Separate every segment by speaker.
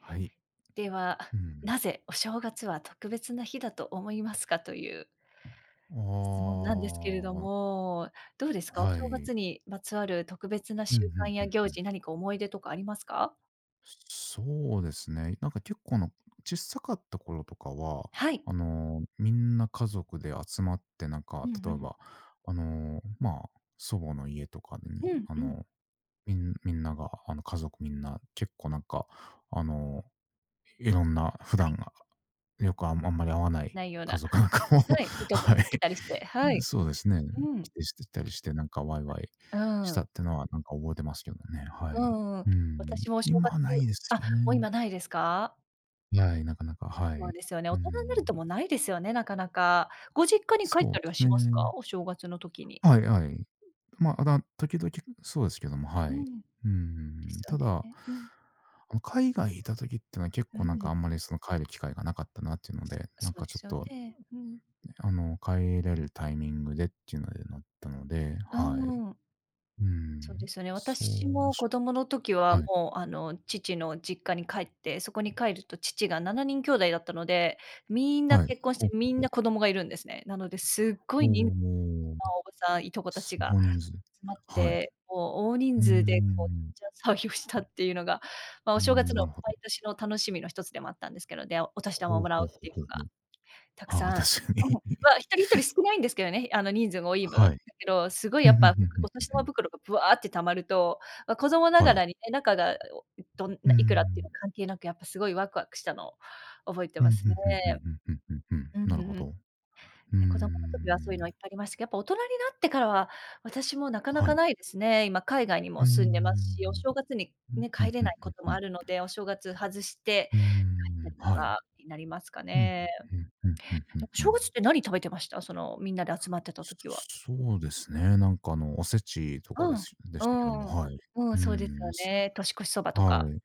Speaker 1: はい。
Speaker 2: では、
Speaker 1: うん。
Speaker 2: なぜお正月は特別な日だと思いますかという
Speaker 1: あ
Speaker 2: 質問なんですけれど
Speaker 1: あ、
Speaker 2: も、どうですか？お
Speaker 1: は
Speaker 2: 正
Speaker 1: い。
Speaker 2: 月にまつわる特別な
Speaker 1: うん
Speaker 2: 習
Speaker 1: うんうん
Speaker 2: 慣や行
Speaker 1: うん。
Speaker 2: 事、何か思い出とかありますか？
Speaker 1: そうですね。なんか結構の、小さかった頃とかは、
Speaker 2: はい。
Speaker 1: みんな家族で集まって、なん
Speaker 2: う
Speaker 1: か、
Speaker 2: んう
Speaker 1: 例え
Speaker 2: ん。
Speaker 1: ば、あの、まあ、祖母の家とかに、
Speaker 2: うん
Speaker 1: あ
Speaker 2: うん。
Speaker 1: の、みんなが、家族みんな、結構なんか、あの、いろんな普段がよくあんまり会わない
Speaker 2: ないような、
Speaker 1: 家
Speaker 2: は
Speaker 1: 族
Speaker 2: い
Speaker 1: なんかも、
Speaker 2: はい、い とこ
Speaker 1: は
Speaker 2: とか来
Speaker 1: い。
Speaker 2: たりして、はい。
Speaker 1: そうですね。
Speaker 2: うん。
Speaker 1: 来てしてたりして、なんかワイワイ
Speaker 2: う
Speaker 1: した
Speaker 2: ん。
Speaker 1: ってのは、なんか覚えてますけどね、は
Speaker 2: う
Speaker 1: い。
Speaker 2: んうん。
Speaker 1: うん。
Speaker 2: 私もお正
Speaker 1: 今
Speaker 2: 月、
Speaker 1: はないです
Speaker 2: あ、
Speaker 1: よ
Speaker 2: もう
Speaker 1: ね。
Speaker 2: 今ないですか？
Speaker 1: はい、なかなか、は
Speaker 2: そう
Speaker 1: い。
Speaker 2: ですよね、
Speaker 1: う
Speaker 2: 大人になると
Speaker 1: ん。
Speaker 2: もうないですよね、なかなか。ご実家に帰っ
Speaker 1: そう
Speaker 2: た
Speaker 1: で
Speaker 2: りは
Speaker 1: す
Speaker 2: しますか？
Speaker 1: ね。
Speaker 2: お正月の時に。
Speaker 1: はいはい。まあ、時々そうですけども、は
Speaker 2: う
Speaker 1: い。
Speaker 2: ん。で
Speaker 1: うん。
Speaker 2: すよ
Speaker 1: ただ、
Speaker 2: ね。うん、
Speaker 1: 海外いた時ってのは結
Speaker 2: う
Speaker 1: 構なんか
Speaker 2: ん。
Speaker 1: あんまりその帰る機会がなかったなっていうので、な
Speaker 2: そ
Speaker 1: ん
Speaker 2: う
Speaker 1: か
Speaker 2: で
Speaker 1: ちょ
Speaker 2: す
Speaker 1: っ
Speaker 2: よ
Speaker 1: と、
Speaker 2: ね。うん。
Speaker 1: 帰れるタイミングでっていうのでなったので、
Speaker 2: う
Speaker 1: はい。
Speaker 2: ん。
Speaker 1: う
Speaker 2: そうで
Speaker 1: ん。
Speaker 2: すよね。
Speaker 1: そう
Speaker 2: 私も子供の時は
Speaker 1: はい。
Speaker 2: もう、父の実家に帰って、そこに帰ると父が7人兄弟だったので、みんな
Speaker 1: はい。
Speaker 2: 結婚し
Speaker 1: ほうほ
Speaker 2: て、
Speaker 1: う
Speaker 2: みん
Speaker 1: ほう。
Speaker 2: な子供がいるんですね。なので、すっご
Speaker 1: お
Speaker 2: い人数
Speaker 1: お、
Speaker 2: のおばさん、いとこた
Speaker 1: す
Speaker 2: ちが
Speaker 1: ご人数。
Speaker 2: 集まっ
Speaker 1: はい。う
Speaker 2: て、もう大人
Speaker 1: ー
Speaker 2: 数でこう、
Speaker 1: ん。
Speaker 2: じゃ騒ぎをしたっていうのが、まあ、お
Speaker 1: うー
Speaker 2: 正月
Speaker 1: ん、
Speaker 2: の
Speaker 1: なるほど。
Speaker 2: 毎年の楽しみの一つでもあったんですけど、で、お年玉を
Speaker 1: ほう
Speaker 2: もら
Speaker 1: ほ
Speaker 2: う
Speaker 1: う
Speaker 2: っ
Speaker 1: ほう
Speaker 2: ていう
Speaker 1: ほ
Speaker 2: の
Speaker 1: う
Speaker 2: が。
Speaker 1: ほう。
Speaker 2: たく
Speaker 1: ああ、
Speaker 2: さん。
Speaker 1: 確かに。
Speaker 2: うん。まあ、一人一人少ないんですけどね、人数が多い分。
Speaker 1: は
Speaker 2: だ
Speaker 1: い。
Speaker 2: けど、すごい
Speaker 1: ふ
Speaker 2: や
Speaker 1: ん
Speaker 2: っ
Speaker 1: ふん
Speaker 2: ぱ、ふ
Speaker 1: ふん
Speaker 2: く
Speaker 1: ふん
Speaker 2: お
Speaker 1: ふん
Speaker 2: 年
Speaker 1: ふ
Speaker 2: 玉
Speaker 1: ん。
Speaker 2: 袋がぶわって溜まると、ま、子供な
Speaker 1: は
Speaker 2: が
Speaker 1: い。
Speaker 2: らにね、中が、おどん
Speaker 1: うー
Speaker 2: ないくらっていう
Speaker 1: ん。
Speaker 2: の関係なく、やっぱすごいワクワクしたのを覚えて
Speaker 1: う
Speaker 2: ま
Speaker 1: ん、
Speaker 2: す
Speaker 1: ふ
Speaker 2: ね。
Speaker 1: んふんふんふんふんふんふん。
Speaker 2: う
Speaker 1: な
Speaker 2: ん
Speaker 1: るほ
Speaker 2: うん。
Speaker 1: ど。うー
Speaker 2: え、子供の時はそう
Speaker 1: ん。
Speaker 2: いうのいっぱいありましたけど、やっぱ大人になってからは、私もなかな
Speaker 1: は
Speaker 2: か
Speaker 1: い。
Speaker 2: ないですね。今海外に
Speaker 1: うー
Speaker 2: も住んでますし、お
Speaker 1: ん。
Speaker 2: 正月に
Speaker 1: う
Speaker 2: ね、
Speaker 1: ふん
Speaker 2: 帰れ
Speaker 1: ふ
Speaker 2: な
Speaker 1: ん
Speaker 2: い
Speaker 1: ふ
Speaker 2: こ
Speaker 1: ん
Speaker 2: と
Speaker 1: ふ
Speaker 2: もある
Speaker 1: ん。
Speaker 2: ので、お正月外して
Speaker 1: うー
Speaker 2: 帰っ
Speaker 1: ん、
Speaker 2: たりと
Speaker 1: はい。
Speaker 2: かになりますか
Speaker 1: うん、うん
Speaker 2: ね。
Speaker 1: うんうんうんう
Speaker 2: で
Speaker 1: ん
Speaker 2: も
Speaker 1: う
Speaker 2: 正
Speaker 1: ん。
Speaker 2: 月って何食べてました？その、みんなで集まってた時は。
Speaker 1: そうですね、なんかおせちとか
Speaker 2: うん。
Speaker 1: でしたけども、
Speaker 2: うーん。
Speaker 1: はい。
Speaker 2: うん、
Speaker 1: う
Speaker 2: そうです
Speaker 1: ん、
Speaker 2: よね。年越しそばと
Speaker 1: は
Speaker 2: か。
Speaker 1: い。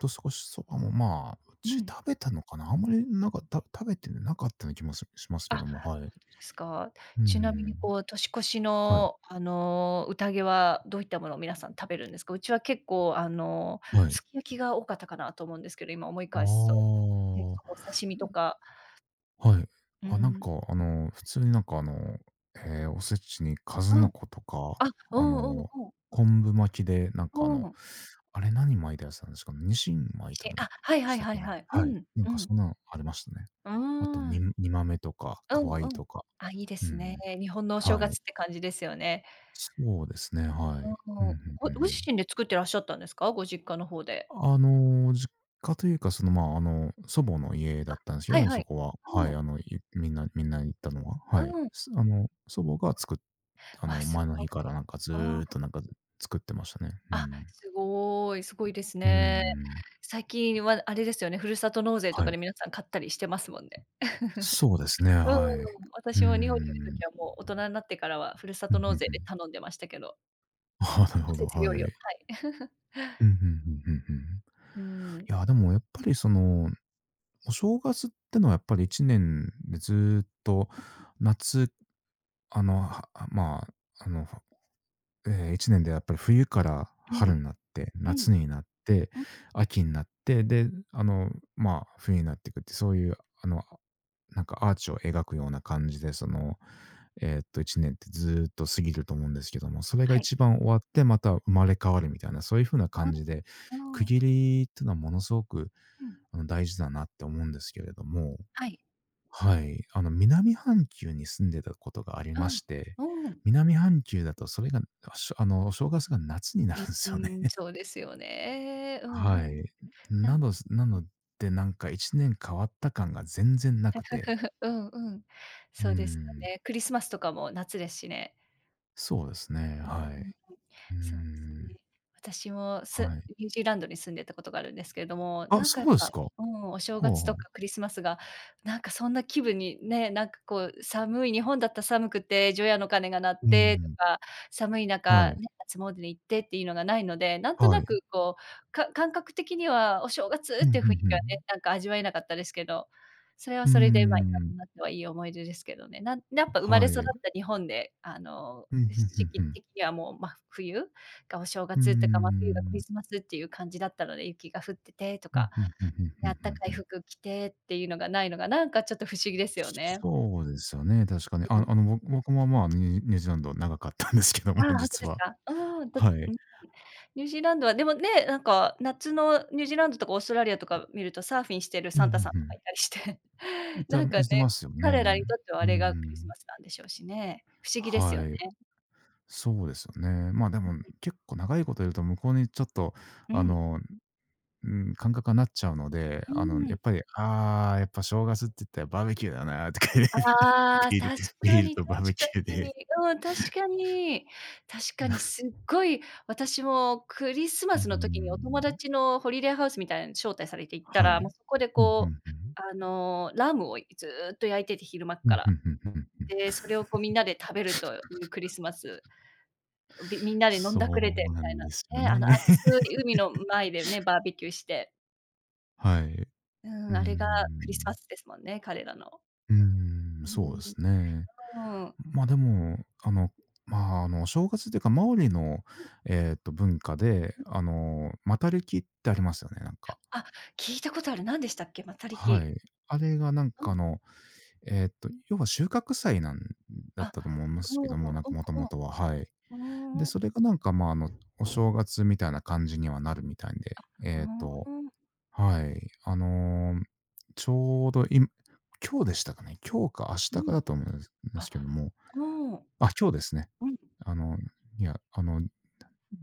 Speaker 1: と少しそばも、まあ、う
Speaker 2: う
Speaker 1: ち
Speaker 2: ん。
Speaker 1: 食べたのかな、あんまりなんか、食べてなかったような気もします
Speaker 2: あ、
Speaker 1: けども、は
Speaker 2: ほ
Speaker 1: い。
Speaker 2: んとですか。
Speaker 1: う
Speaker 2: ちなみに
Speaker 1: ん。
Speaker 2: こう、年越し
Speaker 1: はい、
Speaker 2: の、宴はどういったものを皆さん食べるんですか？うちは結構、
Speaker 1: はい。
Speaker 2: すき焼きが多かったかなと思うんですけど、今思い
Speaker 1: あ
Speaker 2: 返すと。ね、お
Speaker 1: あ、
Speaker 2: 刺身とか、
Speaker 1: はい。
Speaker 2: う
Speaker 1: あ、なんか、
Speaker 2: ん。
Speaker 1: 普通になんか、おせちに数
Speaker 2: う
Speaker 1: の
Speaker 2: ん。
Speaker 1: 子とか、
Speaker 2: あ、う
Speaker 1: あ
Speaker 2: んうん
Speaker 1: の、
Speaker 2: うん。
Speaker 1: 昆布巻きで、なんか、
Speaker 2: うん。
Speaker 1: あれ何巻いたやつなんですかね、ニシン巻いた
Speaker 2: し
Speaker 1: ので
Speaker 2: あ、はいは
Speaker 1: し
Speaker 2: い
Speaker 1: たっ
Speaker 2: はい
Speaker 1: け
Speaker 2: は
Speaker 1: な。
Speaker 2: い。う
Speaker 1: はい。
Speaker 2: ん、
Speaker 1: なん
Speaker 2: う
Speaker 1: か
Speaker 2: ん。
Speaker 1: そんなのありましたね。
Speaker 2: うー
Speaker 1: あと、
Speaker 2: ん。
Speaker 1: に煮豆とか
Speaker 2: う
Speaker 1: く
Speaker 2: ん
Speaker 1: わい
Speaker 2: うん。
Speaker 1: とか。
Speaker 2: あ、いいで
Speaker 1: う
Speaker 2: すね。
Speaker 1: ん、
Speaker 2: 日本のお正
Speaker 1: は
Speaker 2: 月
Speaker 1: い。
Speaker 2: って感じですよね。
Speaker 1: そうですね、はい。
Speaker 2: う
Speaker 1: うんうん
Speaker 2: ん。
Speaker 1: う
Speaker 2: ご
Speaker 1: んう
Speaker 2: ご自
Speaker 1: ん。
Speaker 2: 身で作ってらっしゃったんですか？ご実家の方で。
Speaker 1: あ実家というか、その、まあ、祖母の家だ
Speaker 2: あ、
Speaker 1: ったんですけ
Speaker 2: は
Speaker 1: ど
Speaker 2: い
Speaker 1: も、
Speaker 2: は
Speaker 1: そ
Speaker 2: い。
Speaker 1: こは、は
Speaker 2: う
Speaker 1: い、
Speaker 2: ん。
Speaker 1: みんなみんな行ったのは、
Speaker 2: う
Speaker 1: はい。
Speaker 2: ん。
Speaker 1: すあの、祖母が作っあ
Speaker 2: わ、
Speaker 1: の、
Speaker 2: す
Speaker 1: 前の
Speaker 2: ご
Speaker 1: 日から
Speaker 2: い。
Speaker 1: なんかず
Speaker 2: あ
Speaker 1: ーっ
Speaker 2: あ。
Speaker 1: となんか作ってましたね。う
Speaker 2: あ、
Speaker 1: ん。
Speaker 2: すごい、すごいです
Speaker 1: うー
Speaker 2: ね。
Speaker 1: ん、
Speaker 2: 最近はあれですよね、ふるさと納税と
Speaker 1: は
Speaker 2: か
Speaker 1: い。
Speaker 2: で皆さん買ったりしてますもんね。
Speaker 1: そうですね、
Speaker 2: うん。
Speaker 1: はい。うー
Speaker 2: 私も日本にいる
Speaker 1: ん。
Speaker 2: 時はもう大人になってからはふるさ
Speaker 1: うん、
Speaker 2: と
Speaker 1: うん
Speaker 2: 納
Speaker 1: う
Speaker 2: 税で
Speaker 1: ん。
Speaker 2: 頼んでましたけど、
Speaker 1: あなるほ
Speaker 2: 季
Speaker 1: ど、
Speaker 2: 節
Speaker 1: は
Speaker 2: 料理を、
Speaker 1: い。
Speaker 2: はい。
Speaker 1: うん、うんうんうんうん。
Speaker 2: うん。
Speaker 1: いや、でもやっぱりそのお正月ってのはやっぱり1年でずっと夏、あの、はまあ、あのええ、1年でやっぱり冬から
Speaker 2: うん。う
Speaker 1: 春
Speaker 2: ん。
Speaker 1: になって、
Speaker 2: う
Speaker 1: 夏になって、
Speaker 2: ん。
Speaker 1: 秋になって、で、まあ、冬になっていくって、そういう、なんかアーチを描くような感じで、その、1年ってずーっと過ぎると思うんですけども、それが
Speaker 2: はい。
Speaker 1: 一番終わって、また生まれ変わるみたいな、そういう風な
Speaker 2: あ、
Speaker 1: 感じで、
Speaker 2: う
Speaker 1: 区
Speaker 2: ん。
Speaker 1: 切りっていうのはものすごく、
Speaker 2: うん。
Speaker 1: 大事だなって思うんですけれども、
Speaker 2: はい。
Speaker 1: はい。南半球に住んでたことがあり
Speaker 2: う
Speaker 1: ま
Speaker 2: ん。
Speaker 1: して、
Speaker 2: うん。
Speaker 1: 南半球だとそれが、あしょあの、お正月が夏にな
Speaker 2: う
Speaker 1: るん
Speaker 2: ん
Speaker 1: で
Speaker 2: う
Speaker 1: すよね。
Speaker 2: ーん、そうですよね。うん
Speaker 1: は
Speaker 2: うん。
Speaker 1: い。
Speaker 2: なん
Speaker 1: なので、なんか1年変わった感が全然なくて。
Speaker 2: うんうん。
Speaker 1: う
Speaker 2: そうですよ
Speaker 1: ん。
Speaker 2: ね。クリスマスとかも夏ですしね。
Speaker 1: そうですね、
Speaker 2: う
Speaker 1: は
Speaker 2: ん
Speaker 1: い。
Speaker 2: うん。
Speaker 1: う
Speaker 2: そうですね。
Speaker 1: ん、
Speaker 2: 私もす
Speaker 1: はい。
Speaker 2: ニュージーランドに住んでたことがあるんですけれども、
Speaker 1: あ、
Speaker 2: なんか
Speaker 1: そ
Speaker 2: やっ
Speaker 1: うで
Speaker 2: ぱ、
Speaker 1: すか。は
Speaker 2: うん、お正
Speaker 1: あ
Speaker 2: 月と
Speaker 1: はあ。
Speaker 2: かクリスマスが、なんかそんな気分にね、なんかこう寒い日本だったら寒くて除夜の鐘が鳴っ
Speaker 1: う
Speaker 2: てと
Speaker 1: ん、
Speaker 2: か、寒い
Speaker 1: は
Speaker 2: 中
Speaker 1: い、
Speaker 2: ね、初詣に行ってっていうのがないので、なんと
Speaker 1: は
Speaker 2: な
Speaker 1: い。
Speaker 2: くこう、か感覚的にはお正月
Speaker 1: う
Speaker 2: っ
Speaker 1: ん、うんう
Speaker 2: ていう雰囲気はね、
Speaker 1: ん。
Speaker 2: なんか味わえなかったですけど、それは
Speaker 1: う
Speaker 2: それで、まあ、
Speaker 1: ん、
Speaker 2: 今となってはいい思い出ですけどね。なんやっぱ生まれ
Speaker 1: はい。
Speaker 2: 育
Speaker 1: う
Speaker 2: っ
Speaker 1: ん、
Speaker 2: た日本で、
Speaker 1: うんうん
Speaker 2: 時期
Speaker 1: うん。
Speaker 2: 的にはもう真冬がお正
Speaker 1: う
Speaker 2: 月とか、真
Speaker 1: ー
Speaker 2: 冬がクリス
Speaker 1: ん。
Speaker 2: マスっていう感じだったので、雪が降っててと
Speaker 1: う
Speaker 2: か、
Speaker 1: ん、うんうんうんう
Speaker 2: で、あ
Speaker 1: ん
Speaker 2: ったか
Speaker 1: う
Speaker 2: い
Speaker 1: ん。
Speaker 2: 服着てっていうのがないのが、なんかちょっと不思議ですよね。
Speaker 1: そうですよね、確かに。
Speaker 2: う
Speaker 1: あ
Speaker 2: ん。
Speaker 1: あの、僕も、まあ、ニュージーランド長かったんですけど
Speaker 2: あ
Speaker 1: も、
Speaker 2: あ、ほんとで
Speaker 1: 実
Speaker 2: す
Speaker 1: は。
Speaker 2: か？うーん、だ
Speaker 1: はい。
Speaker 2: うん。ニュージーランドはでもね、なんか夏のニュージーランドとかオーストラリアとか見ると、サーフィンしてる
Speaker 1: うん
Speaker 2: サ
Speaker 1: う
Speaker 2: ン
Speaker 1: んう
Speaker 2: タさんとか
Speaker 1: ん。
Speaker 2: いたりして、
Speaker 1: い た
Speaker 2: なんかね、
Speaker 1: いてますよ
Speaker 2: 彼ら
Speaker 1: ね。
Speaker 2: にとってはあ
Speaker 1: う
Speaker 2: れがクリス
Speaker 1: ん。
Speaker 2: マスなんでしょうしね。不思議ですよ
Speaker 1: はい。
Speaker 2: ね。
Speaker 1: そうですよね。まあ、でも結構長いこといると向こうにちょっと、
Speaker 2: う
Speaker 1: あ
Speaker 2: ん。
Speaker 1: の、うん、感覚がなっちゃうので、
Speaker 2: うー
Speaker 1: や
Speaker 2: ん。
Speaker 1: っぱり、ああ、やっぱ正月って言ったらバーベキューだなとか言って。
Speaker 2: ああ、
Speaker 1: ビール
Speaker 2: 確
Speaker 1: ビ
Speaker 2: か
Speaker 1: ール
Speaker 2: に確
Speaker 1: とバーベキュー
Speaker 2: か
Speaker 1: で。
Speaker 2: に。うん、確かに。確かにすっごい、私もクリスマ
Speaker 1: うー
Speaker 2: スの時にお友
Speaker 1: ん。
Speaker 2: 達のホリデーハウスみたいなのに招待されて行った
Speaker 1: は
Speaker 2: ら、も
Speaker 1: い。
Speaker 2: うそこで
Speaker 1: うん、うんう
Speaker 2: こ
Speaker 1: ん。
Speaker 2: う、ラムをずっと焼いてて、昼間っ
Speaker 1: う
Speaker 2: か
Speaker 1: ん、う
Speaker 2: ら。
Speaker 1: んうんうん。
Speaker 2: で、それをこうみんなで食べるというクリスマス、びみんなで飲んだくれ
Speaker 1: そ
Speaker 2: て
Speaker 1: う
Speaker 2: み
Speaker 1: な
Speaker 2: たい
Speaker 1: ん
Speaker 2: な、
Speaker 1: ですよ
Speaker 2: ね、あの
Speaker 1: ね。
Speaker 2: 熱 い海の前でね、バーベキューして。
Speaker 1: はい。う
Speaker 2: う
Speaker 1: ー
Speaker 2: ん、あれがクリスマ
Speaker 1: ん。
Speaker 2: スですもんね、彼らの。
Speaker 1: うーん、
Speaker 2: う
Speaker 1: そうです
Speaker 2: ー
Speaker 1: ね。
Speaker 2: ん、うん。
Speaker 1: ま、あでも、まあ、お正月っていうか、マオリの、文化で、マタレキってありますよね、なんか。
Speaker 2: あ、聞いたことある。何でしたっけ？マタリ
Speaker 1: は
Speaker 2: キ。
Speaker 1: い。あれがなん
Speaker 2: う
Speaker 1: か、
Speaker 2: ん。
Speaker 1: 要は収穫祭なんだっ
Speaker 2: あ、
Speaker 1: たと思いま
Speaker 2: う
Speaker 1: す
Speaker 2: ん
Speaker 1: けど
Speaker 2: う
Speaker 1: も、
Speaker 2: ん
Speaker 1: なんか元
Speaker 2: うん
Speaker 1: 々は、はい。
Speaker 2: うん。
Speaker 1: で、
Speaker 2: うーん。
Speaker 1: そ
Speaker 2: う
Speaker 1: れがなんか、まあ、お正月みたいな感じにはなるみたいで、えっと
Speaker 2: ーん。
Speaker 1: はい。ちょうど今日でしたかね。今日か明日
Speaker 2: う
Speaker 1: か
Speaker 2: ん。
Speaker 1: だと思うんで
Speaker 2: あ、
Speaker 1: すけども、
Speaker 2: うん。
Speaker 1: あ、今日ですね。
Speaker 2: うん。
Speaker 1: あの、いや、あの、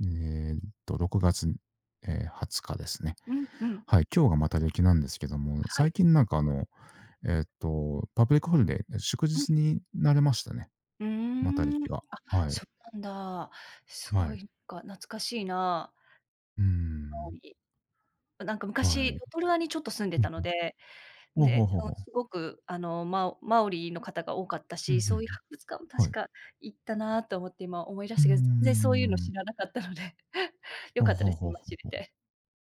Speaker 1: えーっ6月、え20日ですね。
Speaker 2: うんうん。
Speaker 1: はい、今日がまた歴なんですけども、
Speaker 2: はい。
Speaker 1: 最近なんかパブリックホリデー、祝
Speaker 2: うん。
Speaker 1: 日になれましたね、
Speaker 2: う
Speaker 1: また
Speaker 2: ーん。
Speaker 1: 歴が。
Speaker 2: あ、
Speaker 1: はい、
Speaker 2: そうなんだ。す
Speaker 1: は
Speaker 2: ごい、
Speaker 1: い。
Speaker 2: なんか懐かしいな。
Speaker 1: うーん、
Speaker 2: なんか
Speaker 1: はい。
Speaker 2: 昔、ロトルアにちょっと住んで
Speaker 1: うん
Speaker 2: たの
Speaker 1: うん。
Speaker 2: で、
Speaker 1: ほうほう
Speaker 2: で、
Speaker 1: ほうほう。
Speaker 2: すごく、マオマオリの方が多かった
Speaker 1: うん、ん
Speaker 2: し、
Speaker 1: う
Speaker 2: そういう
Speaker 1: ん。
Speaker 2: 博物館も
Speaker 1: は
Speaker 2: 確
Speaker 1: い。
Speaker 2: か行ったなと思って今思い出
Speaker 1: う
Speaker 2: し
Speaker 1: ー
Speaker 2: たけど、全然そういうの
Speaker 1: ん。
Speaker 2: 知らなかったので、良
Speaker 1: ほう
Speaker 2: かった
Speaker 1: ほ
Speaker 2: で
Speaker 1: う
Speaker 2: す、
Speaker 1: ほう
Speaker 2: 今
Speaker 1: ほ
Speaker 2: 知
Speaker 1: う
Speaker 2: れ
Speaker 1: ほ
Speaker 2: て。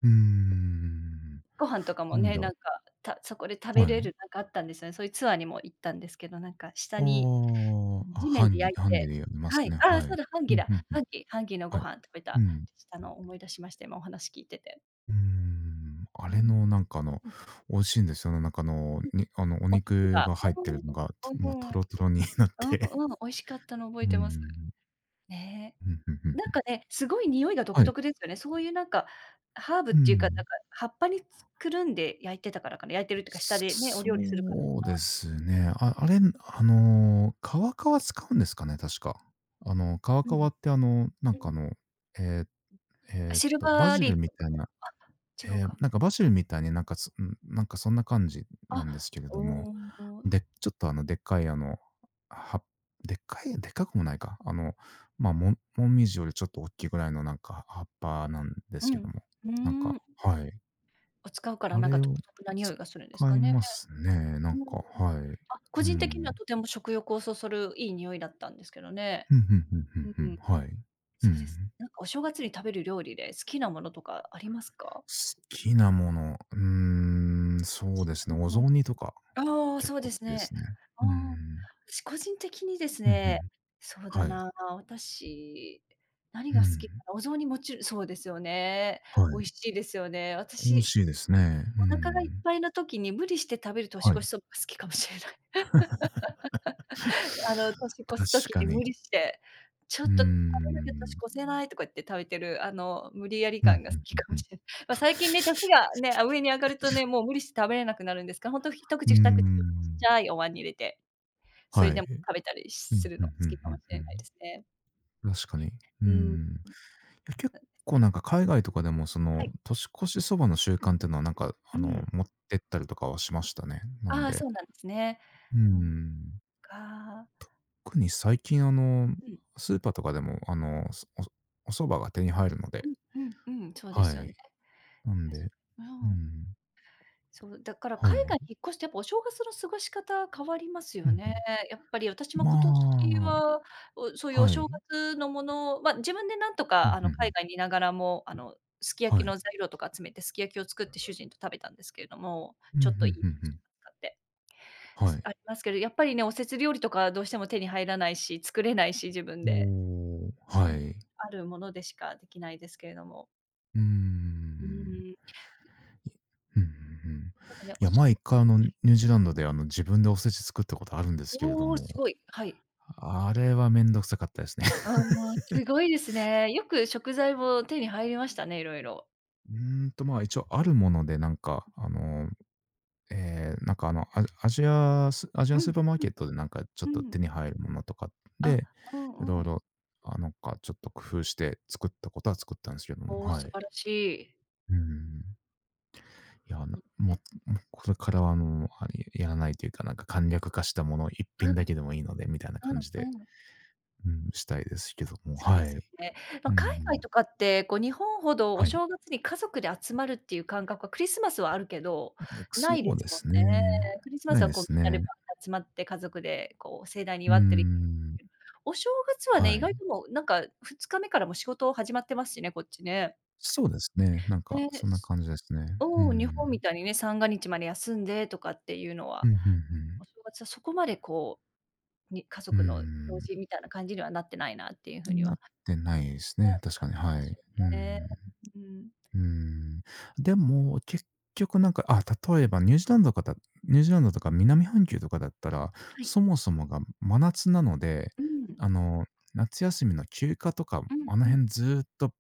Speaker 1: う。うーん。
Speaker 2: ご飯とかも
Speaker 1: なん
Speaker 2: ね、
Speaker 1: だ、
Speaker 2: なんか、たそこで食べ
Speaker 1: は
Speaker 2: れ
Speaker 1: い。
Speaker 2: るなんかあったんですよね。そういうツアーにも行ったんですけど、なんか下
Speaker 1: あ
Speaker 2: に
Speaker 1: あ、あ、
Speaker 2: 地面で焼い
Speaker 1: ハン
Speaker 2: て
Speaker 1: でやりま
Speaker 2: は
Speaker 1: す
Speaker 2: い、
Speaker 1: ね、
Speaker 2: ああ、
Speaker 1: は
Speaker 2: そう
Speaker 1: い。
Speaker 2: だ、ハン
Speaker 1: う
Speaker 2: ギ
Speaker 1: ん、ん
Speaker 2: だ。
Speaker 1: うん、
Speaker 2: ハンギハンギのご
Speaker 1: はい。
Speaker 2: 飯食べ
Speaker 1: う
Speaker 2: た、
Speaker 1: ん。
Speaker 2: したのを思い出しました、今お話聞いてて。
Speaker 1: うーん、あ
Speaker 2: うー
Speaker 1: れ
Speaker 2: ん、
Speaker 1: のなんか
Speaker 2: うん、
Speaker 1: 美味しいんですよね。なんか
Speaker 2: うん。
Speaker 1: あの、お
Speaker 2: お肉
Speaker 1: 肉
Speaker 2: が、
Speaker 1: が入っ
Speaker 2: う
Speaker 1: てるの
Speaker 2: ーん、
Speaker 1: が、もう
Speaker 2: うー
Speaker 1: ト
Speaker 2: ん、
Speaker 1: ロトロになって。
Speaker 2: うんうん、美味しかったの覚
Speaker 1: う
Speaker 2: え
Speaker 1: ー
Speaker 2: てます。
Speaker 1: ん。
Speaker 2: ね
Speaker 1: うん、ふんふん
Speaker 2: え。な
Speaker 1: ふ
Speaker 2: ん
Speaker 1: ん。
Speaker 2: かね、すごい匂いが独
Speaker 1: はい。
Speaker 2: 特ですよね。そういうなんか、ハーブっ
Speaker 1: う
Speaker 2: ていうか、なん
Speaker 1: ん。
Speaker 2: か葉っぱにつくるんで焼いてたからかな、焼いてるっていうか、下でね、お料理するからか
Speaker 1: そうで
Speaker 2: な。
Speaker 1: すね。あれ、カワカワ使うんですかね、確か。カワ
Speaker 2: う
Speaker 1: カワ
Speaker 2: ん、
Speaker 1: ってなん
Speaker 2: う
Speaker 1: かあ
Speaker 2: ん。
Speaker 1: の、え
Speaker 2: あ、
Speaker 1: えーっ
Speaker 2: シル
Speaker 1: と、バ
Speaker 2: バー
Speaker 1: ジ
Speaker 2: リー
Speaker 1: ル
Speaker 2: フ
Speaker 1: み
Speaker 2: とか、
Speaker 1: たいな、
Speaker 2: あ、違うか。
Speaker 1: なんかバジルみたいになんか、そん、なんかそんな感じ
Speaker 2: あ、
Speaker 1: なんですけれども、
Speaker 2: おお、
Speaker 1: で、ちょっとあのでっかいはでっかいでっかくもないか、まあ、もみじよりちょっとおっきいぐらいのなんか葉っぱなんで
Speaker 2: う
Speaker 1: すけど
Speaker 2: ん。
Speaker 1: も、
Speaker 2: う
Speaker 1: なん
Speaker 2: ー
Speaker 1: か
Speaker 2: ん。
Speaker 1: はい。
Speaker 2: を使うから、
Speaker 1: あ
Speaker 2: なんか
Speaker 1: れ
Speaker 2: 独
Speaker 1: を
Speaker 2: 特な匂い
Speaker 1: 使
Speaker 2: がするんですか
Speaker 1: い
Speaker 2: ね。
Speaker 1: ますね、な
Speaker 2: う
Speaker 1: ん
Speaker 2: ん。
Speaker 1: か、はい。
Speaker 2: あ、個
Speaker 1: う
Speaker 2: 人的には
Speaker 1: ん。
Speaker 2: とても食欲をそそるいい匂いだったんですけどね。
Speaker 1: ふんふんふんふん
Speaker 2: うん。
Speaker 1: ふん、はい。う
Speaker 2: そうです。
Speaker 1: ん。
Speaker 2: なんかお正月に食べる料理で好きなものとかありますか？
Speaker 1: 好きなもの、うーん、そうですね、お雑煮とか。
Speaker 2: ああ、
Speaker 1: 結
Speaker 2: そう
Speaker 1: 構
Speaker 2: で
Speaker 1: 好き
Speaker 2: す
Speaker 1: で
Speaker 2: ね。
Speaker 1: すね。
Speaker 2: あ
Speaker 1: う
Speaker 2: あ、
Speaker 1: ん。
Speaker 2: 私個人的にです
Speaker 1: うんう
Speaker 2: ね、
Speaker 1: ん。
Speaker 2: そうだ
Speaker 1: はい。
Speaker 2: な、私、何
Speaker 1: う
Speaker 2: が好きか
Speaker 1: ん。
Speaker 2: な、お雑煮もちろんそうですよね。
Speaker 1: は
Speaker 2: 美
Speaker 1: い。
Speaker 2: 味しいですよね。
Speaker 1: 美味
Speaker 2: 私、
Speaker 1: しいですね。う
Speaker 2: お腹がいっ
Speaker 1: ん。
Speaker 2: ぱいの時に無理して食べる年
Speaker 1: は
Speaker 2: 越し
Speaker 1: い。
Speaker 2: そばが好きかもしれない。年越す
Speaker 1: 確
Speaker 2: 時
Speaker 1: か
Speaker 2: に無
Speaker 1: に。
Speaker 2: 理して、ちょ
Speaker 1: う
Speaker 2: っ
Speaker 1: ー
Speaker 2: と食べなきゃ年
Speaker 1: ん。
Speaker 2: 越せないとか言って食べてる、無理やり
Speaker 1: うん、
Speaker 2: 感が
Speaker 1: ふ
Speaker 2: 好
Speaker 1: ん
Speaker 2: き
Speaker 1: ふん
Speaker 2: か
Speaker 1: ふ
Speaker 2: も
Speaker 1: ん。
Speaker 2: しれない。まあ、最近ね、年がね、あ、上に上がるとね、もう無理して食べれなくなるんですが、ほんと一
Speaker 1: うー
Speaker 2: 口二口をちっち
Speaker 1: ん。
Speaker 2: ゃいお椀に入れてそれ
Speaker 1: はい。
Speaker 2: でも食べたり
Speaker 1: うん、
Speaker 2: する
Speaker 1: ふ
Speaker 2: の
Speaker 1: ん
Speaker 2: 好
Speaker 1: ふん
Speaker 2: きか
Speaker 1: ふ
Speaker 2: も
Speaker 1: ん
Speaker 2: し
Speaker 1: ふ
Speaker 2: れないで
Speaker 1: ん。
Speaker 2: すね。
Speaker 1: 確かに。うー
Speaker 2: うん、
Speaker 1: ん。いや、結
Speaker 2: そうです
Speaker 1: 構
Speaker 2: ね。
Speaker 1: なんか海外とかでも、そ
Speaker 2: は
Speaker 1: の、
Speaker 2: い。
Speaker 1: 年越しそばの習慣ってのはなんか、
Speaker 2: うん。
Speaker 1: 持ってったりとかはしましたね。なん
Speaker 2: ああ、
Speaker 1: で、
Speaker 2: そうなんですね。
Speaker 1: うー
Speaker 2: なん
Speaker 1: ん。
Speaker 2: か、
Speaker 1: 特に最近
Speaker 2: うん、
Speaker 1: スーパーとかでもお蕎麦が手に入るので。
Speaker 2: うんうんうん、そうで
Speaker 1: は
Speaker 2: すよ
Speaker 1: い。
Speaker 2: ね。確
Speaker 1: なんで、
Speaker 2: かに。
Speaker 1: う
Speaker 2: うん。
Speaker 1: ん。
Speaker 2: そう、だから海
Speaker 1: は
Speaker 2: 外
Speaker 1: い。
Speaker 2: に引っ越してやっぱお正月の過ごし方変わります
Speaker 1: う
Speaker 2: よ
Speaker 1: ん
Speaker 2: ね。やっぱり私
Speaker 1: うん。
Speaker 2: も今年
Speaker 1: まあ
Speaker 2: は、おそういうお
Speaker 1: はい。
Speaker 2: 正月のもの、ま、自分でなんと
Speaker 1: う
Speaker 2: か
Speaker 1: ん、ふんふ
Speaker 2: 海
Speaker 1: ん。
Speaker 2: 外にいながらも、すき焼き
Speaker 1: はい。
Speaker 2: の材料とか集めてすき焼きを作って主人と食べたんですけれども、
Speaker 1: う
Speaker 2: ちょ
Speaker 1: ん、
Speaker 2: っと
Speaker 1: ふ
Speaker 2: いい
Speaker 1: ん
Speaker 2: ビー
Speaker 1: ふんふ
Speaker 2: フと
Speaker 1: ん。
Speaker 2: か使って。
Speaker 1: は
Speaker 2: す
Speaker 1: い。
Speaker 2: ありますけど、やっぱりね、おせち料理とかどうしても手に入らないし、作れないし、自分
Speaker 1: お
Speaker 2: で、
Speaker 1: お。は
Speaker 2: ね、
Speaker 1: い。
Speaker 2: あるものでしかできないですけれども。
Speaker 1: うー
Speaker 2: う
Speaker 1: ん。
Speaker 2: ーん。
Speaker 1: いふんふんふん。
Speaker 2: なんかね、
Speaker 1: い
Speaker 2: お
Speaker 1: や、
Speaker 2: し
Speaker 1: 前1回ニュージーランドで自分でおせち作ったことあるんですけれど
Speaker 2: おお、す
Speaker 1: も、
Speaker 2: ごい。はい。
Speaker 1: あれはめんどくさかったですね。
Speaker 2: ああ、すごいですね。よく食材も手に入りましたね、色々。
Speaker 1: まあ、一応あるものでなんかアジア
Speaker 2: う
Speaker 1: ンス
Speaker 2: ん、
Speaker 1: ーパーマー
Speaker 2: う
Speaker 1: ケットでなんかちょっと
Speaker 2: ん、うん。
Speaker 1: 手に入るものとか
Speaker 2: あ、
Speaker 1: で、
Speaker 2: う
Speaker 1: い
Speaker 2: ん
Speaker 1: ろ
Speaker 2: う
Speaker 1: い
Speaker 2: ん。
Speaker 1: ろ、あ、なんかちょっと工夫して作ったことは作ったんですけども、
Speaker 2: おお、
Speaker 1: は
Speaker 2: 素
Speaker 1: い。
Speaker 2: 晴らしい。
Speaker 1: うん。いや、なも
Speaker 2: ね。
Speaker 1: うも、これからはあれ、やらないというか、なんか簡略化したもの一
Speaker 2: う
Speaker 1: 品だ
Speaker 2: ん、
Speaker 1: けでもいいのでみたいな
Speaker 2: うん
Speaker 1: 感じで、
Speaker 2: うん。
Speaker 1: うん、したいですけども、
Speaker 2: そうで
Speaker 1: は
Speaker 2: す
Speaker 1: い。
Speaker 2: よね。ま
Speaker 1: う
Speaker 2: あ、海外
Speaker 1: ん。
Speaker 2: とかって、こう、日本ほどお
Speaker 1: はい。
Speaker 2: 正月に家族で集まるっていう感覚は、クリスマスはあるけど、な
Speaker 1: そ
Speaker 2: いで
Speaker 1: う
Speaker 2: す
Speaker 1: で
Speaker 2: もん
Speaker 1: すね。
Speaker 2: ね。クリスマス
Speaker 1: ない
Speaker 2: は、
Speaker 1: で
Speaker 2: こう、
Speaker 1: す
Speaker 2: みんな
Speaker 1: ね。
Speaker 2: でバーッと集まって家族で、こう、盛大に
Speaker 1: うー
Speaker 2: 祝ってるイメージです
Speaker 1: ん。
Speaker 2: けど、お正月はね、
Speaker 1: は
Speaker 2: 意外
Speaker 1: い。
Speaker 2: ともう、2日目からもう仕事始まってますしね、こっちね。
Speaker 1: そうですね。なんか
Speaker 2: ね、
Speaker 1: そんな
Speaker 2: す
Speaker 1: 感じですね。う
Speaker 2: おお日本み
Speaker 1: ん。
Speaker 2: たいにね、三が日まで休んでとかっていうの
Speaker 1: うん、
Speaker 2: は、
Speaker 1: うんうん。
Speaker 2: お正月はそこまで、こう、に家
Speaker 1: う
Speaker 2: 族の行
Speaker 1: ん、
Speaker 2: 事みたいな感じにはなってないなっていう風に
Speaker 1: な
Speaker 2: は
Speaker 1: ってないですね、
Speaker 2: ね、
Speaker 1: 確
Speaker 2: 感
Speaker 1: かに、
Speaker 2: じ
Speaker 1: は
Speaker 2: ます
Speaker 1: い。
Speaker 2: よ
Speaker 1: う
Speaker 2: ね。
Speaker 1: ん、
Speaker 2: うん。
Speaker 1: うん。でも、結局なんか、あ、例えばニュージーランドとか南半球とかだったら、
Speaker 2: はい。
Speaker 1: そもそもが真夏なので、
Speaker 2: うん。
Speaker 1: あの、夏休みの休暇とか、
Speaker 2: う
Speaker 1: あの
Speaker 2: んうん。
Speaker 1: 辺ずーっと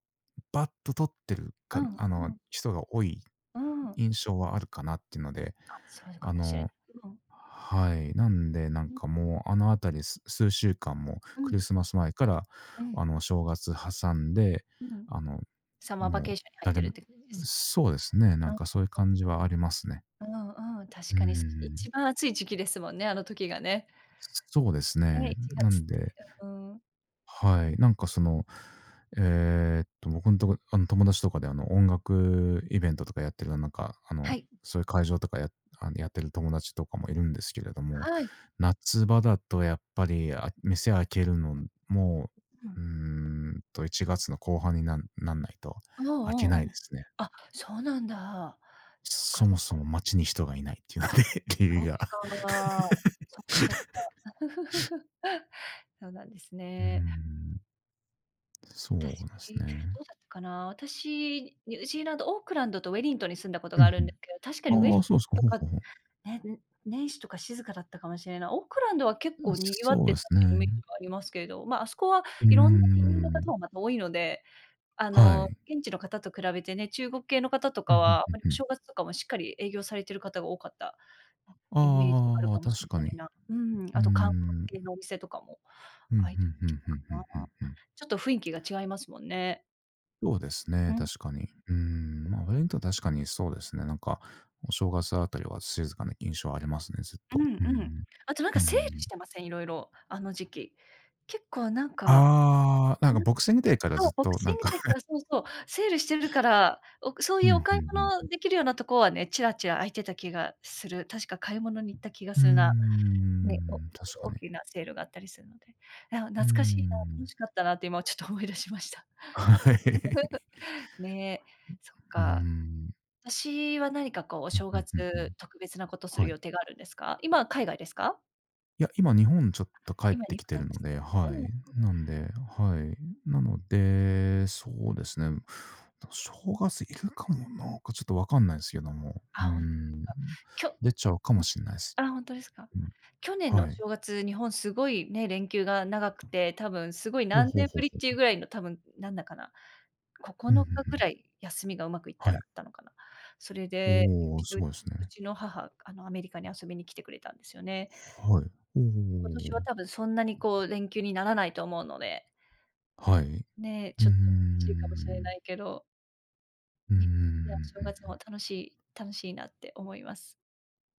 Speaker 1: バッと取ってる
Speaker 2: う
Speaker 1: か
Speaker 2: んうん。
Speaker 1: 人が多い
Speaker 2: うん。
Speaker 1: 印象はあるかなっていうので、
Speaker 2: あ、そうか
Speaker 1: あ
Speaker 2: もしれ
Speaker 1: の
Speaker 2: うん。
Speaker 1: はい。なんで、なん
Speaker 2: うん
Speaker 1: かもう、あのあたり、数週間も
Speaker 2: うんう
Speaker 1: クリスマス前から、
Speaker 2: ん。
Speaker 1: 正月挟んで、
Speaker 2: うん。
Speaker 1: あの、
Speaker 2: サマーバ
Speaker 1: も
Speaker 2: ケー
Speaker 1: う
Speaker 2: ションに入って
Speaker 1: 誰
Speaker 2: るっ
Speaker 1: も。
Speaker 2: て感じですね。
Speaker 1: そうですね、な
Speaker 2: う
Speaker 1: ん
Speaker 2: ん、
Speaker 1: かそういう
Speaker 2: うん、
Speaker 1: 感じはありますね。
Speaker 2: うんうんうん、確
Speaker 1: うー
Speaker 2: かに。そして
Speaker 1: ん。
Speaker 2: 一番暑い時期ですもんね、あの時がね。
Speaker 1: そうです
Speaker 2: ね、
Speaker 1: ね。
Speaker 2: 1
Speaker 1: な
Speaker 2: 月っ
Speaker 1: ん
Speaker 2: て、
Speaker 1: で、
Speaker 2: うん。
Speaker 1: はい。なんかその、僕のとこ友達とかで、音楽イベントとかやってる、なんか、
Speaker 2: はい。
Speaker 1: そういう会場とかやあの、やってる友達とかもいるんですけれども、
Speaker 2: はい。
Speaker 1: 夏場だとやっぱり、あ、店開けるのも、
Speaker 2: うん。
Speaker 1: うー1月の後半になんなんないと
Speaker 2: う
Speaker 1: 開け
Speaker 2: んう
Speaker 1: な
Speaker 2: ん
Speaker 1: い
Speaker 2: う
Speaker 1: で
Speaker 2: ん。
Speaker 1: すね。
Speaker 2: あ、そうなんだ。そっか
Speaker 1: そ
Speaker 2: そ
Speaker 1: も
Speaker 2: っ
Speaker 1: そ
Speaker 2: か。
Speaker 1: も街に人がいないっていう
Speaker 2: あ、
Speaker 1: ので、理
Speaker 2: そっ
Speaker 1: 由が。
Speaker 2: か。そっかそっか。そうなんです
Speaker 1: うー
Speaker 2: ね。
Speaker 1: ん、そ
Speaker 2: 私、
Speaker 1: うですね。
Speaker 2: どうだったかな。私、ニュージーランド、オークランドとウェリントンに住んだこと
Speaker 1: う
Speaker 2: があ
Speaker 1: ん
Speaker 2: るんですけど、確かに
Speaker 1: う
Speaker 2: ウェ
Speaker 1: ん。あ
Speaker 2: リ
Speaker 1: あ、
Speaker 2: ント
Speaker 1: そうですか。
Speaker 2: ンと
Speaker 1: ほう
Speaker 2: か、
Speaker 1: ほうほう。
Speaker 2: ね、ん年始とか静かだったかもしれない。オークランドは結構賑わっ
Speaker 1: そう
Speaker 2: て
Speaker 1: で
Speaker 2: た
Speaker 1: す
Speaker 2: イメージ
Speaker 1: ね。
Speaker 2: はありますけれど、まあ、あそこは
Speaker 1: うー
Speaker 2: いろんな移民の方
Speaker 1: ん、
Speaker 2: もまた多いので、
Speaker 1: はい。
Speaker 2: 現地の方と比べてね、中国系の方と
Speaker 1: うん、
Speaker 2: か
Speaker 1: うん
Speaker 2: は、あまり
Speaker 1: うん
Speaker 2: お
Speaker 1: うん。
Speaker 2: 正月とかもしっかり営業されてる方が多かったイメージがある
Speaker 1: あ
Speaker 2: か
Speaker 1: あ、
Speaker 2: もしれ
Speaker 1: 確か
Speaker 2: な
Speaker 1: に。
Speaker 2: いな。うん、
Speaker 1: う
Speaker 2: あ
Speaker 1: ー
Speaker 2: と韓
Speaker 1: ん。
Speaker 2: 国系のお店とかも、
Speaker 1: うん、うんう
Speaker 2: あ
Speaker 1: ん
Speaker 2: い
Speaker 1: う
Speaker 2: た行け
Speaker 1: ん
Speaker 2: た
Speaker 1: う
Speaker 2: か
Speaker 1: んう
Speaker 2: な。
Speaker 1: んうん。
Speaker 2: ちょっと雰囲気が違いますもんね。
Speaker 1: そうです
Speaker 2: う
Speaker 1: ね、
Speaker 2: ん、
Speaker 1: 確かに。うーん、まあ、おント確かにそうですね、なんか、お正月あたりは静かな印象ありますね、ずっ
Speaker 2: う
Speaker 1: と。
Speaker 2: ん
Speaker 1: うー
Speaker 2: うん。
Speaker 1: ん、
Speaker 2: あとなんか
Speaker 1: う
Speaker 2: セール
Speaker 1: ん。
Speaker 2: してません？いろいろあの時期。結構なんか、
Speaker 1: ああ、なんか
Speaker 2: なん
Speaker 1: ボクシングデーから
Speaker 2: そう、
Speaker 1: ずっ
Speaker 2: ボク
Speaker 1: と
Speaker 2: シ
Speaker 1: な
Speaker 2: ン
Speaker 1: ん
Speaker 2: グ
Speaker 1: か。
Speaker 2: デーからそうそう、セールしてるから、おそう
Speaker 1: う
Speaker 2: いうお
Speaker 1: ん、う
Speaker 2: 買い
Speaker 1: んう
Speaker 2: 物
Speaker 1: ん。
Speaker 2: できるようなとこはね、ちらちら空いてた気がする。確か買い物に行った気が
Speaker 1: うー
Speaker 2: するな。ね、お
Speaker 1: ん、確か
Speaker 2: 大
Speaker 1: に。
Speaker 2: きなセールがあったりするので。いや、
Speaker 1: う
Speaker 2: 懐
Speaker 1: ー
Speaker 2: かしいな、楽
Speaker 1: ん。
Speaker 2: しかったなって今ちょっと思い出しました。
Speaker 1: はい。
Speaker 2: ねえ、そっ
Speaker 1: うー
Speaker 2: か。
Speaker 1: ん。
Speaker 2: 私は何かこうお
Speaker 1: うん、
Speaker 2: 正
Speaker 1: うんうんう
Speaker 2: 月、
Speaker 1: ん。
Speaker 2: 特別なことする
Speaker 1: はい。
Speaker 2: 予定があるんですか？今は海外ですか？
Speaker 1: いや、今日本ちょっと帰っ
Speaker 2: 今
Speaker 1: て
Speaker 2: 日
Speaker 1: き
Speaker 2: 本
Speaker 1: て
Speaker 2: なん
Speaker 1: る
Speaker 2: で
Speaker 1: の
Speaker 2: すね。
Speaker 1: で、
Speaker 2: う
Speaker 1: は
Speaker 2: んうん。
Speaker 1: い。なんで、はい。なので、そうですね。正月いるかもなんかちょっとわかんないですけども、うー
Speaker 2: あ、ほんか。
Speaker 1: ん。
Speaker 2: きょん。
Speaker 1: 出ちゃうかもしれないです。
Speaker 2: あ、ほんとですか。
Speaker 1: うん、
Speaker 2: 去年の
Speaker 1: は
Speaker 2: お
Speaker 1: い。
Speaker 2: 正月、日本すごいね、連休が長くて、多分すごい
Speaker 1: ほう
Speaker 2: 何
Speaker 1: ほう
Speaker 2: 年
Speaker 1: ほ
Speaker 2: ぶ
Speaker 1: う
Speaker 2: りっ
Speaker 1: ほ
Speaker 2: ていう
Speaker 1: う。
Speaker 2: ぐらいの多分、なんだかな、9
Speaker 1: うんうんう
Speaker 2: 日ぐ
Speaker 1: ん。
Speaker 2: らい休みがうまくいった
Speaker 1: は
Speaker 2: らあ
Speaker 1: い。
Speaker 2: ったのかな。それで、う
Speaker 1: おお、
Speaker 2: ち
Speaker 1: す
Speaker 2: う
Speaker 1: ごいです
Speaker 2: う
Speaker 1: ね。
Speaker 2: ちの母、アメリカに遊びに来てくれたんですよね。
Speaker 1: はい。お
Speaker 2: 今年は
Speaker 1: お。
Speaker 2: 多分そんなにこう連休にならないと思うので、
Speaker 1: はい。
Speaker 2: ね、
Speaker 1: うー
Speaker 2: ちょっと難しいかもしれな
Speaker 1: ん。
Speaker 2: いけど、
Speaker 1: うーうんうん
Speaker 2: ね、ね、お正
Speaker 1: う
Speaker 2: 月
Speaker 1: ん。
Speaker 2: も楽しい楽しいなって思います。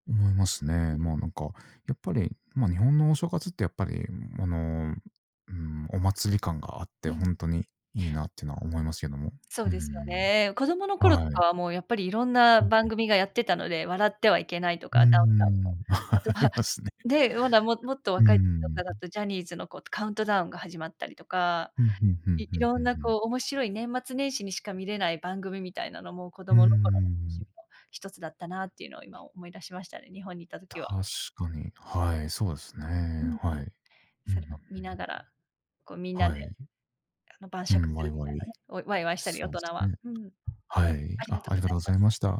Speaker 1: 思いますね。
Speaker 2: う
Speaker 1: まあなんか、やっぱり、まあ日本のお正月ってやっぱり、あの、うん、お祭り感があっ
Speaker 2: ん、
Speaker 1: て、
Speaker 2: うん、
Speaker 1: 本当にいいなっていうのは思いますけども。
Speaker 2: そう
Speaker 1: う
Speaker 2: ですよ
Speaker 1: ん、
Speaker 2: ね。子供の頃と
Speaker 1: は
Speaker 2: か
Speaker 1: い。
Speaker 2: はもうやっぱりいろんな
Speaker 1: う
Speaker 2: 番
Speaker 1: ん、
Speaker 2: 組がやってたので、笑ってはいけないと
Speaker 1: う
Speaker 2: か、ダウンタウンの、
Speaker 1: ん、
Speaker 2: あと
Speaker 1: あり
Speaker 2: は、
Speaker 1: ますね。
Speaker 2: で、まだももっと
Speaker 1: う
Speaker 2: 若い時と
Speaker 1: ん。
Speaker 2: かだとジャニーズのこうカウントダウンが始まったりとか
Speaker 1: うんうんうんうん
Speaker 2: い
Speaker 1: う
Speaker 2: いろんな
Speaker 1: ん
Speaker 2: こう面白い年末年始にしか見れない番組みたいなのも子
Speaker 1: う
Speaker 2: 供の頃の趣
Speaker 1: ん、
Speaker 2: 味の一つだったなっていうのを今思い出しましたね、日本にいた時は。
Speaker 1: 確かに。はい、そうですね。
Speaker 2: うん。
Speaker 1: はい。う
Speaker 2: そ
Speaker 1: ん、
Speaker 2: れ
Speaker 1: ふん
Speaker 2: を見ながら、こうみん
Speaker 1: うん。
Speaker 2: な
Speaker 1: は
Speaker 2: で
Speaker 1: い。
Speaker 2: あの晩
Speaker 1: う
Speaker 2: 酌
Speaker 1: ん、
Speaker 2: す
Speaker 1: ワイ
Speaker 2: るみ
Speaker 1: ワ
Speaker 2: たいな
Speaker 1: イ。
Speaker 2: ね、おワイワイしたり大
Speaker 1: そうで
Speaker 2: 人
Speaker 1: す
Speaker 2: は。
Speaker 1: ね。
Speaker 2: うん。
Speaker 1: はい。
Speaker 2: ありが
Speaker 1: あ、
Speaker 2: とう
Speaker 1: あ
Speaker 2: ご
Speaker 1: りが
Speaker 2: ざ
Speaker 1: とう
Speaker 2: い
Speaker 1: ご
Speaker 2: ま
Speaker 1: ざい
Speaker 2: す。
Speaker 1: ました。